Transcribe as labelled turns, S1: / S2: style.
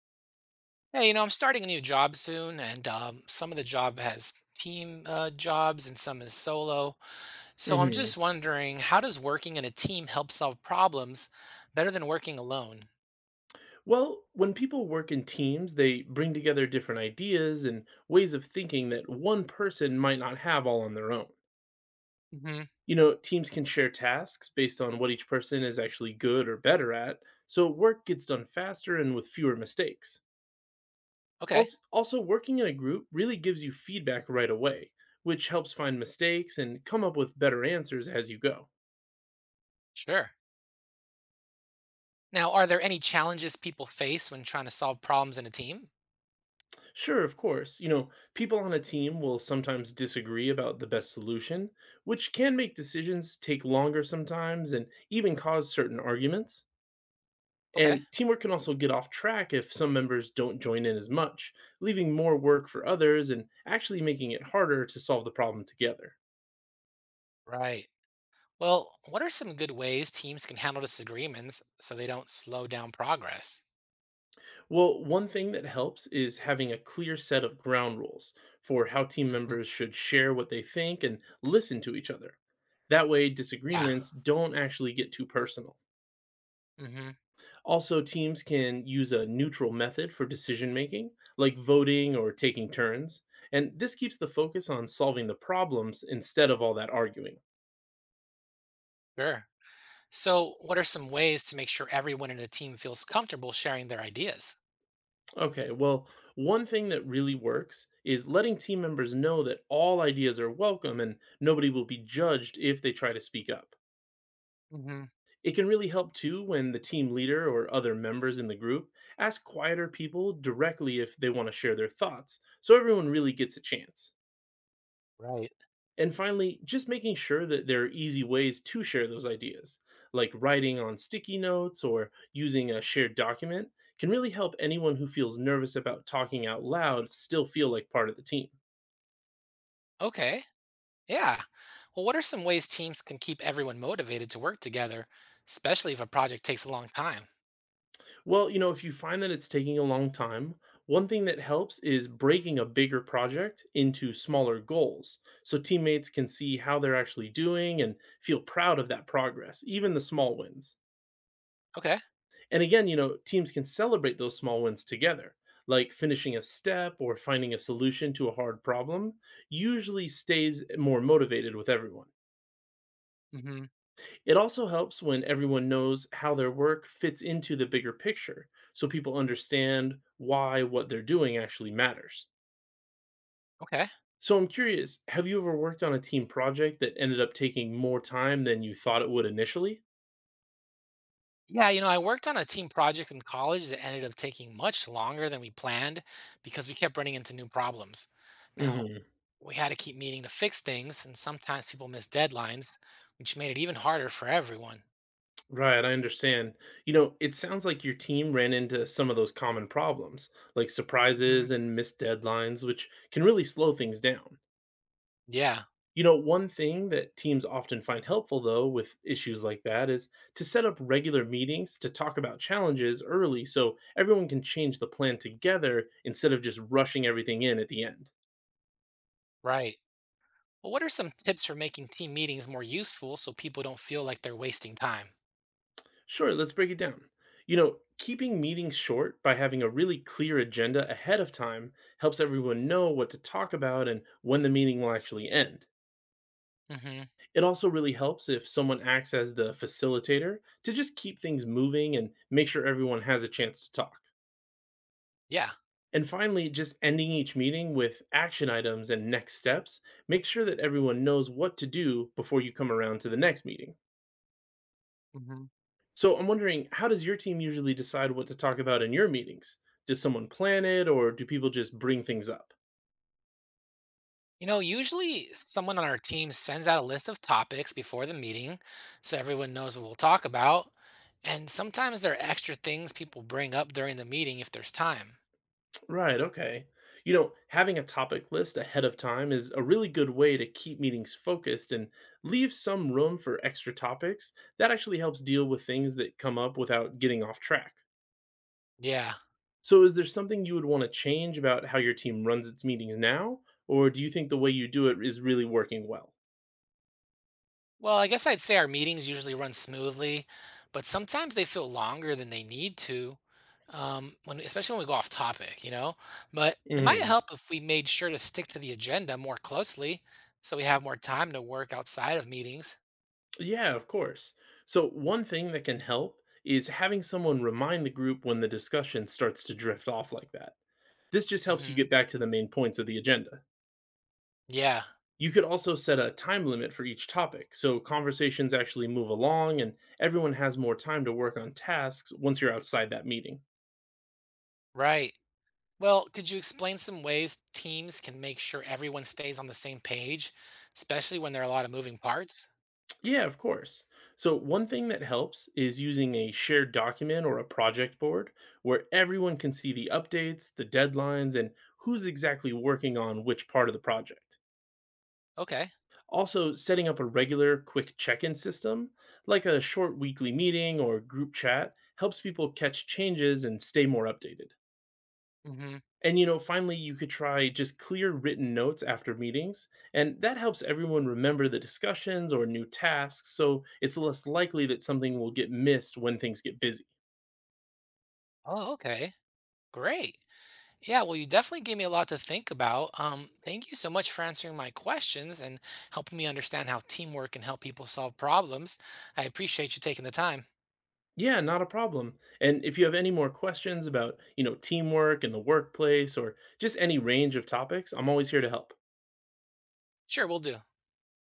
S1: Hey, I'm starting a new job soon, and some of the job has team jobs and some is solo. So I'm
S2: Hmm.
S1: just wondering, how does working in a team help solve problems better than working alone?
S2: Well, when people work in teams, they bring together different ideas and ways of thinking that one person might not have all on their own.
S1: Hmm.
S2: You know, teams can share tasks based on what each person is actually good or better at, so work gets done faster and with fewer mistakes.
S1: Okay,
S2: Also, working in a group really gives you feedback right away, which helps find mistakes and come up with better answers as you go.
S1: sure. Now, are there any challenges people face when trying to solve problems in a team?
S2: Sure, of course. You know, people on a team will sometimes disagree about the best solution, which can make decisions take longer sometimes and even cause certain arguments.
S1: Okay,
S2: And teamwork can also get off track if some members don't join in as much, leaving more work for others and actually making it harder to solve the problem together.
S1: right. Well, what are some good ways teams can handle disagreements so they don't slow down progress?
S2: Well, one thing that helps is having a clear set of ground rules for how team
S1: Hmm.
S2: members should share what they think and listen to each other. That way,
S1: Yeah.
S2: disagreements don't actually get too personal.
S1: Hmm.
S2: Also, teams can use a neutral method for decision making, like voting or taking turns. And this keeps the focus on solving the problems instead of all that arguing.
S1: Sure. So, what are some ways to make sure everyone in a team feels comfortable sharing their ideas?
S2: Okay, well, one thing that really works is letting team members know that all ideas are welcome and nobody will be judged if they try to speak up.
S1: Hmm.
S2: It can really help too when the team leader or other members in the group ask quieter people directly if they want to share their thoughts, so everyone really gets a chance.
S1: Right.
S2: And finally, just making sure that there are easy ways to share those ideas, like writing on sticky notes or using a shared document, can really help anyone who feels nervous about talking out loud still feel like part of the team.
S1: Okay. Yeah. Well, what are some ways teams can keep everyone motivated to work together, especially if a project takes a long time?
S2: Well, you know, if you find that it's taking a long time, one thing that helps is breaking a bigger project into smaller goals so teammates can see how they're actually doing and feel proud of that progress, even the small wins.
S1: Okay.
S2: And again, you know, teams can celebrate those small wins together, like finishing a step or finding a solution to a hard problem, usually stays more motivated with everyone.
S1: Hmm.
S2: It also helps when everyone knows how their work fits into the bigger picture, so people understand why what they're doing actually matters.
S1: Okay.
S2: So I'm curious, have you ever worked on a team project that ended up taking more time than you thought it would initially?
S1: Yeah, I worked on a team project in college that ended up taking much longer than we planned because we kept running into new problems. Now,
S2: Mhm.
S1: we had to keep meeting to fix things, and sometimes people missed deadlines, which made it even harder for everyone.
S2: Right, I understand. You know, it sounds like your team ran into some of those common problems, like surprises
S1: Hmm.
S2: and missed deadlines, which can really slow things down.
S1: Yeah.
S2: You know, one thing that teams often find helpful, though, with issues like that is to set up regular meetings to talk about challenges early so everyone can change the plan together instead of just rushing everything in at the end.
S1: Right. Well, what are some tips for making team meetings more useful so people don't feel like they're wasting time?
S2: Sure, let's break it down. You know, keeping meetings short by having a really clear agenda ahead of time helps everyone know what to talk about and when the meeting will actually end.
S1: Hmm.
S2: It also really helps if someone acts as the facilitator to just keep things moving and make sure everyone has a chance to talk.
S1: Yeah.
S2: And finally, just ending each meeting with action items and next steps, make sure that everyone knows what to do before you come around to the next meeting.
S1: Hmm.
S2: So I'm wondering, how does your team usually decide what to talk about in your meetings? Does someone plan it or do people just bring things up?
S1: Usually someone on our team sends out a list of topics before the meeting so everyone knows what we'll talk about. And sometimes there are extra things people bring up during the meeting if there's time.
S2: Right, okay. You know, having a topic list ahead of time is a really good way to keep meetings focused and leave some room for extra topics. That actually helps deal with things that come up without getting off track.
S1: Yeah.
S2: So, is there something you would want to change about how your team runs its meetings now? Or do you think the way you do it is really working well?
S1: Well, I guess I'd say our meetings usually run smoothly, but sometimes they feel longer than they need to, when especially when we go off topic, you know? But it might
S2: Mhm.
S1: help if we made sure to stick to the agenda more closely so we have more time to work outside of meetings.
S2: Yeah, of course. So, one thing that can help is having someone remind the group when the discussion starts to drift off like that. This just helps you
S1: Hmm.
S2: get back to the main points of the agenda.
S1: Yeah,
S2: You could also set a time limit for each topic so conversations actually move along and everyone has more time to work on tasks once you're outside that meeting.
S1: right. Well, could you explain some ways teams can make sure everyone stays on the same page, especially when there are a lot of moving parts?
S2: Yeah, of course. So, one thing that helps is using a shared document or a project board where everyone can see the updates, the deadlines, and who's exactly working on which part of the project.
S1: Okay.
S2: Also, setting up a regular, quick check in system, like a short weekly meeting or group chat, helps people catch changes and stay more updated.
S1: Hmm.
S2: And you know, finally, you could try just clear written notes after meetings, and that helps everyone remember the discussions or new tasks, so it's less likely that something will get missed when things get busy.
S1: Oh, okay. Great. Yeah, well, you definitely gave me a lot to think about. Thank you so much for answering my questions and helping me understand how teamwork can help people solve problems. I appreciate you taking the time.
S2: Yeah, not a problem. And if you have any more questions about, you know, teamwork and the workplace or just any range of topics, I'm always here to help.
S1: Sure, we'll do.